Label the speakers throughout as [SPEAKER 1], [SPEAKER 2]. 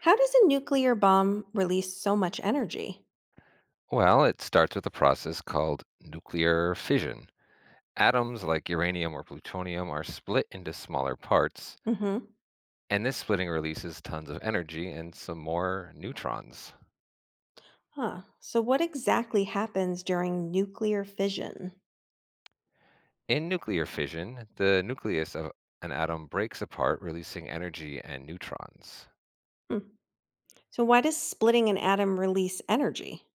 [SPEAKER 1] How does a nuclear bomb release so much energy?
[SPEAKER 2] Well, it starts with a process called nuclear fission. Atoms like uranium or plutonium are split into smaller parts,
[SPEAKER 1] Hmm.
[SPEAKER 2] and this splitting releases tons of energy and some more neutrons.
[SPEAKER 1] Huh. So, what exactly happens during nuclear fission?
[SPEAKER 2] In nuclear fission, the nucleus of an atom breaks apart, releasing energy and neutrons.
[SPEAKER 1] Hmm. So, why does splitting an atom release energy?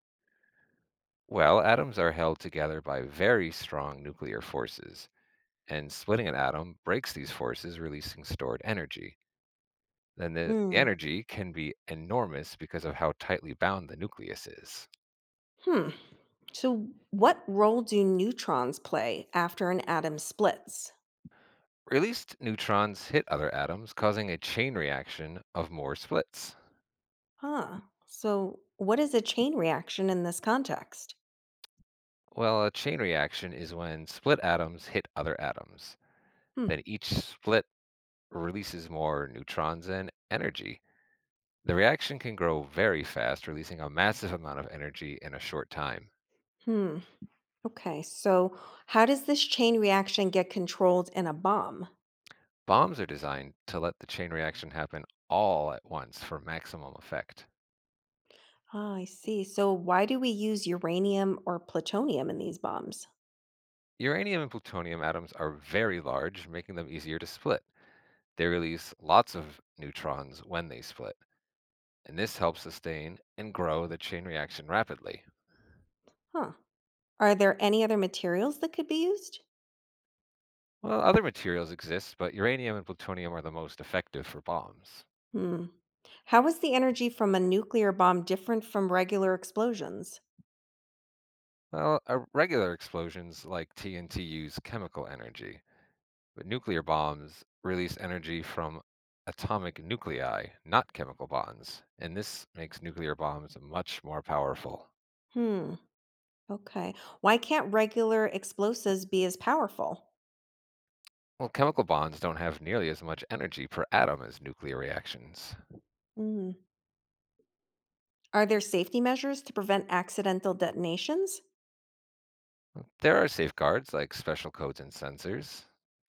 [SPEAKER 2] Well, atoms are held together by very strong nuclear forces, and splitting an atom breaks these forces, releasing stored energy. Then the
[SPEAKER 1] Hmm.
[SPEAKER 2] energy can be enormous because of how tightly bound the nucleus is.
[SPEAKER 1] Hmm. So, what role do neutrons play after an atom splits?
[SPEAKER 2] Released neutrons hit other atoms, causing a chain reaction of more splits.
[SPEAKER 1] Huh. So, what is a chain reaction in this context?
[SPEAKER 2] Well, a chain reaction is when split atoms hit other atoms. Then
[SPEAKER 1] Hmm.
[SPEAKER 2] each split releases more neutrons and energy. The reaction can grow very fast, releasing a massive amount of energy in a short time.
[SPEAKER 1] Hmm. Okay. So, how does this chain reaction get controlled in a bomb?
[SPEAKER 2] Bombs are designed to let the chain reaction happen all at once for maximum effect.
[SPEAKER 1] Ah, I see. So, why do we use uranium or plutonium in these bombs?
[SPEAKER 2] Uranium and plutonium atoms are very large, making them easier to split. They release lots of neutrons when they split, and this helps sustain and grow the chain reaction rapidly.
[SPEAKER 1] Huh. Are there any other materials that could be used?
[SPEAKER 2] Well, other materials exist, but uranium and plutonium are the most effective for bombs.
[SPEAKER 1] Hmm. How is the energy from a nuclear bomb different from regular explosions?
[SPEAKER 2] Well, regular explosions like TNT use chemical energy, but nuclear bombs release energy from atomic nuclei, not chemical bonds, and this makes nuclear bombs much more powerful.
[SPEAKER 1] Hmm. Okay. Why can't regular explosives be as powerful?
[SPEAKER 2] Well, chemical bonds don't have nearly as much energy per atom as nuclear reactions.
[SPEAKER 1] Hmm. Are there safety measures to prevent accidental detonations?
[SPEAKER 2] There are safeguards like special codes and sensors.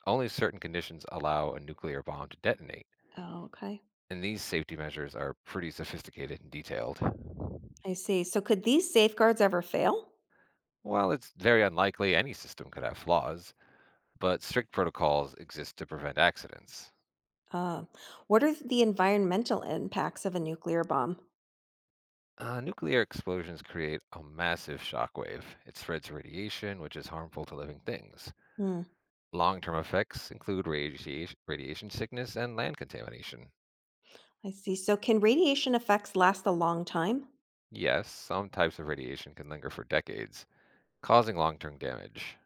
[SPEAKER 2] Only certain conditions allow a nuclear bomb to detonate,
[SPEAKER 1] Oh, okay.
[SPEAKER 2] and these safety measures are pretty sophisticated and detailed.
[SPEAKER 1] I see. So, could these safeguards ever fail?
[SPEAKER 2] While it's very unlikely any system could have flaws, but strict protocols exist to prevent accidents.
[SPEAKER 1] Uh, what are the environmental impacts of a nuclear bomb?
[SPEAKER 2] Nuclear explosions create a massive shockwave. It spreads radiation, which is harmful to living things.
[SPEAKER 1] Hmm.
[SPEAKER 2] Long-term effects include radiation, radiation sickness and land contamination.
[SPEAKER 1] I see. So, can radiation effects last a long time?
[SPEAKER 2] Yes, some types of radiation can linger for decades, causing long-term damage.